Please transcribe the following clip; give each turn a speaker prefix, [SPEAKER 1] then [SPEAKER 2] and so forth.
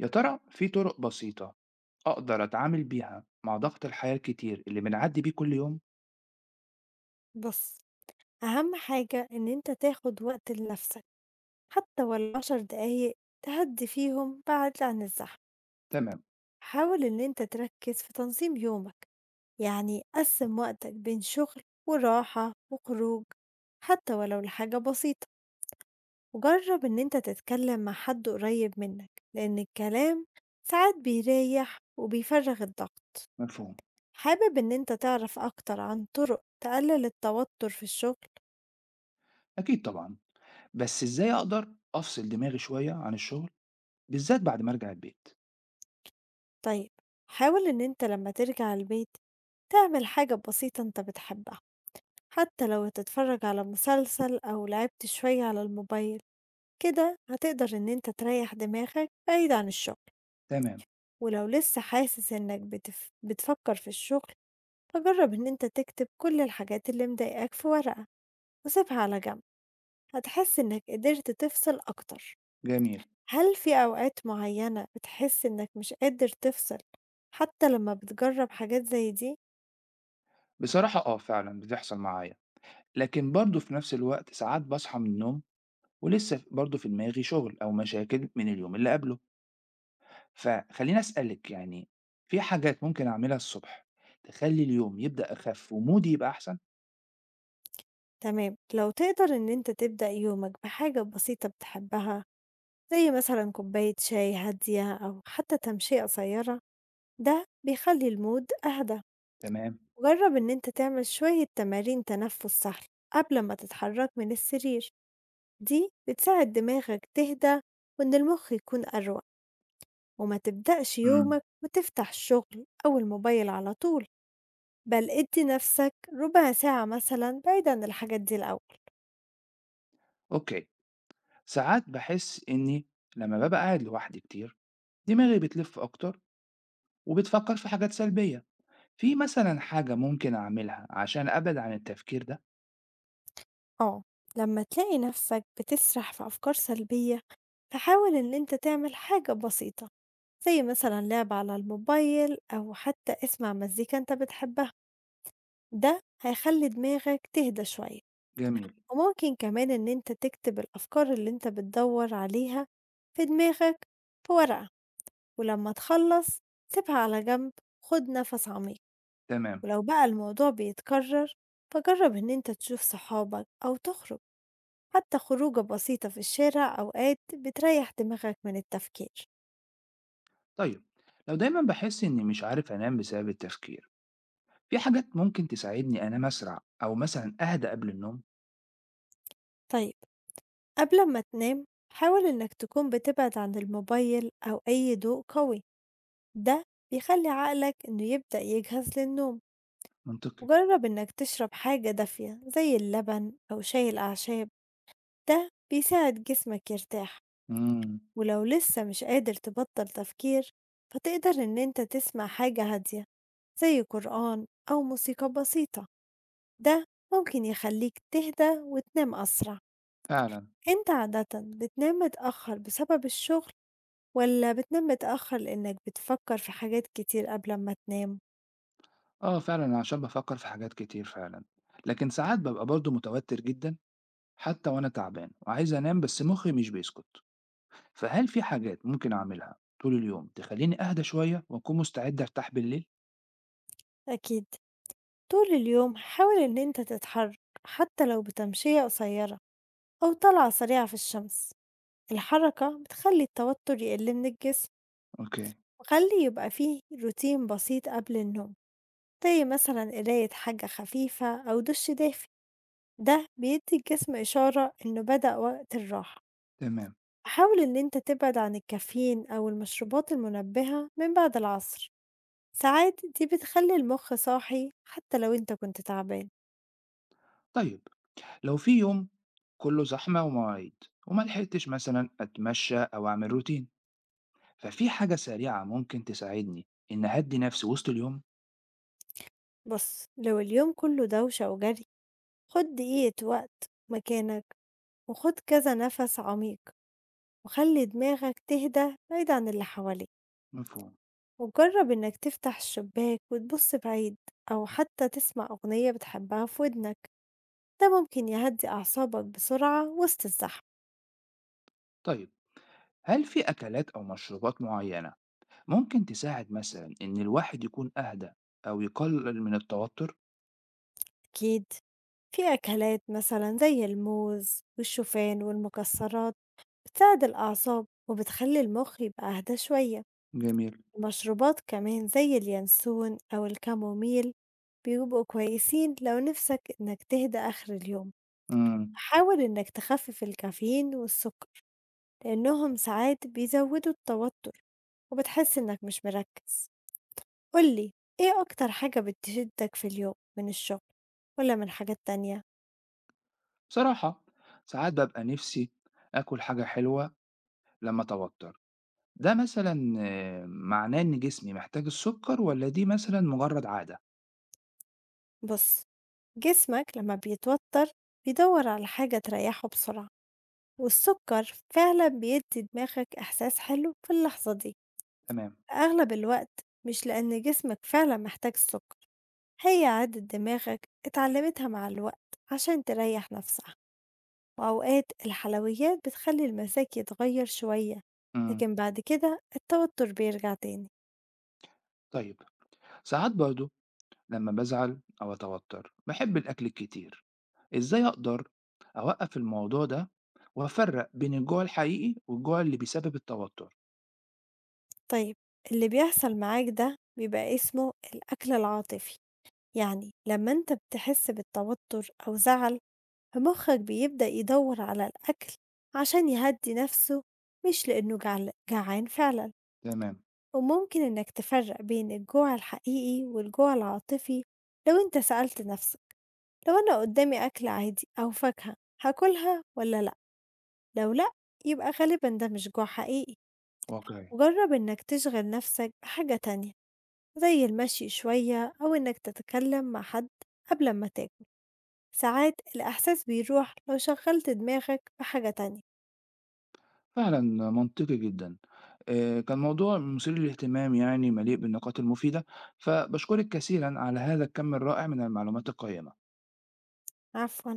[SPEAKER 1] يا ترى في طرق بسيطة أقدر أتعامل بيها مع ضغط الحياة الكتير اللي بنعدي بيه كل يوم؟
[SPEAKER 2] بُص، أهم حاجة إن أنت تاخد وقت لنفسك، حتى ولو 10 دقايق تهدّي فيهم بعد عن الزحمة.
[SPEAKER 1] تمام.
[SPEAKER 2] حاول إن أنت تركّز في تنظيم يومك، يعني قسّم وقتك بين شغل وراحة وخروج حتى ولو لحاجة بسيطة، وجرّب إن أنت تتكلم مع حد قريب منك، لإن الكلام ساعات بيريّح وبيفرّغ الضغط.
[SPEAKER 1] مفهوم.
[SPEAKER 2] حابب إن أنت تعرف أكتر عن طُرق تقلل التوتر في الشغل؟
[SPEAKER 1] أكيد طبعا، بس إزاي أقدر أفصل دماغي شوية عن الشغل بالذات بعد ما أرجع البيت؟
[SPEAKER 2] طيب حاول إن أنت لما ترجع البيت تعمل حاجة بسيطة أنت بتحبها حتى لو تتفرج على مسلسل أو لعبت شوية على الموبايل كده هتقدر إن أنت تريح دماغك بعيد عن الشغل.
[SPEAKER 1] تمام.
[SPEAKER 2] ولو لسه حاسس إنك بتفكر في الشغل فجرب إن أنت تكتب كل الحاجات اللي مضايقاك في ورقة وسيبها على جنب، هتحس إنك قدرت تفصل أكتر.
[SPEAKER 1] جميل.
[SPEAKER 2] هل في أوقات معينة بتحس إنك مش قادر تفصل حتى لما بتجرب حاجات زي دي؟
[SPEAKER 1] بصراحة آه فعلا بتحصل معايا، لكن برضه في نفس الوقت ساعات بصحى من النوم ولسه برضه في دماغي شغل أو مشاكل من اليوم اللي قبله. فخليني أسألك، في حاجات ممكن أعملها الصبح تخلي اليوم يبدأ أخف ومودي يبقى أحسن؟
[SPEAKER 2] تمام، لو تقدر إن أنت تبدأ يومك بحاجة بسيطة بتحبها زي مثلا كوباية شاي هادية أو حتى تمشية قصيرة، ده بيخلي المود أهدى.
[SPEAKER 1] تمام.
[SPEAKER 2] وجرب إن أنت تعمل شوية تمارين تنفس سهل قبل ما تتحرك من السرير، دي بتساعد دماغك تهدى وإن المخ يكون أروق، وما تبدأش
[SPEAKER 1] مم.
[SPEAKER 2] يومك وتفتح الشغل أو الموبايل على طول. بل ادي نفسك ربع ساعة مثلا بعيد عن الحاجات دي الأول.
[SPEAKER 1] أوكي. ساعات بحس إني لما ببقى قاعد لوحدي كتير دماغي بتلف أكتر وبتفكر في حاجات سلبية. في مثلا حاجة ممكن أعملها عشان أبعد عن التفكير ده؟
[SPEAKER 2] آه، لمّا تلاقي نفسك بتسرح في أفكار سلبية، فحاول إن أنت تعمل حاجة بسيطة، زي مثلًا لعب على الموبايل أو حتى اسمع مزيكا أنت بتحبها، ده هيخلّي دماغك تهدى شوية.
[SPEAKER 1] جميل.
[SPEAKER 2] وممكن كمان إن أنت تكتب الأفكار اللي أنت بتدوّر عليها في دماغك في ورقة، ولمّا تخلّص سيبها على جنب، خُد نفس عميق.
[SPEAKER 1] تمام.
[SPEAKER 2] ولو بقى الموضوع بيتكرر فجرّب إن أنت تشوف صحابك أو تخرج. حتى خروجة بسيطة في الشارع أوقات بتريح دماغك من التفكير.
[SPEAKER 1] طيب، لو دايما بحس إني مش عارف أنام بسبب التفكير، في حاجات ممكن تساعدني أنام أسرع أو مثلا أهدى قبل النوم؟
[SPEAKER 2] طيب، قبل ما تنام حاول إنك تكون بتبعد عن الموبايل أو أي ضوء قوي، ده بيخلي عقلك إنه يبدأ يجهز للنوم.
[SPEAKER 1] منطقي.
[SPEAKER 2] وجرب إنك تشرب حاجة دافية زي اللبن أو شاي الأعشاب، ده بيساعد جسمك يرتاح.
[SPEAKER 1] امم.
[SPEAKER 2] ولو لسه مش قادر تبطل تفكير فتقدر إن أنت تسمع حاجة هادية زي قرآن أو موسيقى بسيطة، ده ممكن يخليك تهدى وتنام أسرع.
[SPEAKER 1] فعلا.
[SPEAKER 2] أنت عادة بتنام متأخر بسبب الشغل ولا بتنام متأخر لأنك بتفكر في حاجات كتير قبل ما تنام؟
[SPEAKER 1] آه فعلا عشان بفكر في حاجات كتير فعلا، لكن ساعات ببقى برضو متوتر جدا حتى وأنا تعبان وعايز أنام بس مخي مش بيسكت. فهل في حاجات ممكن أعملها طول اليوم تخلّيني أهدى شوية وأكون مستعد أرتاح بالليل؟
[SPEAKER 2] أكيد، طول اليوم حاول إن أنت تتحرك حتى لو بتمشية قصيرة أو طلعة سريعة في الشمس، الحركة بتخلي التوتر يقل من الجسم.
[SPEAKER 1] أوكي،
[SPEAKER 2] وخلي يبقى فيه روتين بسيط قبل النوم زي مثلا قراية حاجة خفيفة أو دش دافي، ده بيدي الجسم إشارة إنه بدأ وقت الراحة.
[SPEAKER 1] تمام.
[SPEAKER 2] حاول إن أنت تبعد عن الكافيين أو المشروبات المنبهة من بعد العصر، ساعات دي بتخلي المخ صاحي حتى لو أنت كنت تعبان.
[SPEAKER 1] طيب، لو في يوم كُلّه زحمة ومواعيد وما لحقتش مثلًا أتمشى أو أعمل روتين، ففي حاجة سريعة ممكن تساعدني إني أهدّي نفسي وسط اليوم؟
[SPEAKER 2] بص، لو اليوم كله دوشة وجري خد دقيقة وقت مكانك وخد كذا نفس عميق وخلي دماغك تهدى بعيد عن اللي حواليك.
[SPEAKER 1] مفهوم.
[SPEAKER 2] وجرب إنك تفتح الشباك وتبص بعيد أو حتى تسمع أغنية بتحبها في ودنك، ده ممكن يهدي أعصابك بسرعة وسط الزحمة.
[SPEAKER 1] طيب، هل في أكلات أو مشروبات معيّنة ممكن تساعد مثلًا إن الواحد يكون أهدى أو يقلل من التوتر؟
[SPEAKER 2] أكيد، في أكلات مثلا زي الموز والشوفان والمكسرات بتساعد الأعصاب وبتخلي المخ يبقى أهدى شوية.
[SPEAKER 1] جميل.
[SPEAKER 2] المشروبات كمان زي اليانسون أو الكاموميل بيبقوا كويسين لو نفسك إنك تهدى آخر اليوم.
[SPEAKER 1] إمم.
[SPEAKER 2] حاول إنك تخفف الكافيين والسكر لأنهم ساعات بيزودوا التوتر وبتحس إنك مش مركز. قولي إيه أكتر حاجة بتشدك في اليوم، من الشغل ولا من حاجات تانية؟
[SPEAKER 1] بصراحة ساعات بابقى نفسي آكل حاجة حلوة لمّا أتوتّر، ده مثلًا آه، معناه إن جسمي محتاج السُكّر والّا دي مثلًا مجرّد عادة؟
[SPEAKER 2] بص، جسمك لما بيتوتر بيدور على حاجة تريحه بسرعة، والسكر فعلا بيدي دماغك إحساس حلو في اللحظة دي.
[SPEAKER 1] تمام.
[SPEAKER 2] أغلب الوقت مش لأن جسمك فعلا محتاج السكر، هي عادة دماغك اتعلمتها مع الوقت عشان تريح نفسها، وأوقات الحلويات بتخلي المزاج يتغير شوية،
[SPEAKER 1] إمم.
[SPEAKER 2] لكن بعد كده التوتر بيرجع تاني.
[SPEAKER 1] طيب، ساعات برضه لمّا بازعل أو أتوتّر باحب الأكل الكتير، إزاي أقدر أوقّف الموضوع ده وأفرّق بين الجوع الحقيقي والجوع اللي بيسبب التوتّر؟
[SPEAKER 2] طيب، اللي بيحصل معاك ده بيبقى اسمه الأكل العاطفي، يعني لمّا أنت بتحس بالتوتر أو زعل، فمخّك بيبدأ يدوّر على الأكل عشان يهدّي نَفْسه مش لإنه جعل جعان فعلًا.
[SPEAKER 1] تمام،
[SPEAKER 2] وممكن إنّك تفرّق بين الجوع الحقيقي والجوع العاطفي لو أنت سألت نَفْسك، لو أنا قدّامي أكل عادي أو فاكهة هاكلها والّا لأ؟ لو لأ، يبقى غالبًا ده مش جوع حقيقي.
[SPEAKER 1] واقعي،
[SPEAKER 2] وجرّب إنّك تشغِل نَفْسك بحاجة تانية زي المشي شوية أو إنّك تتكلم مع حد قبل أمّا تاكل. ساعات الإحساس بيروح لو شغّلت دماغك بحاجة تانية.
[SPEAKER 1] فعلًا منطقي جدًا. كان موضوع مثير للاهتمام، مليء بالنقاط المفيدة، فباشكرِك كثيرًا على هذا الكَم الرائع من المعلومات القيّمة.
[SPEAKER 2] عفوًا.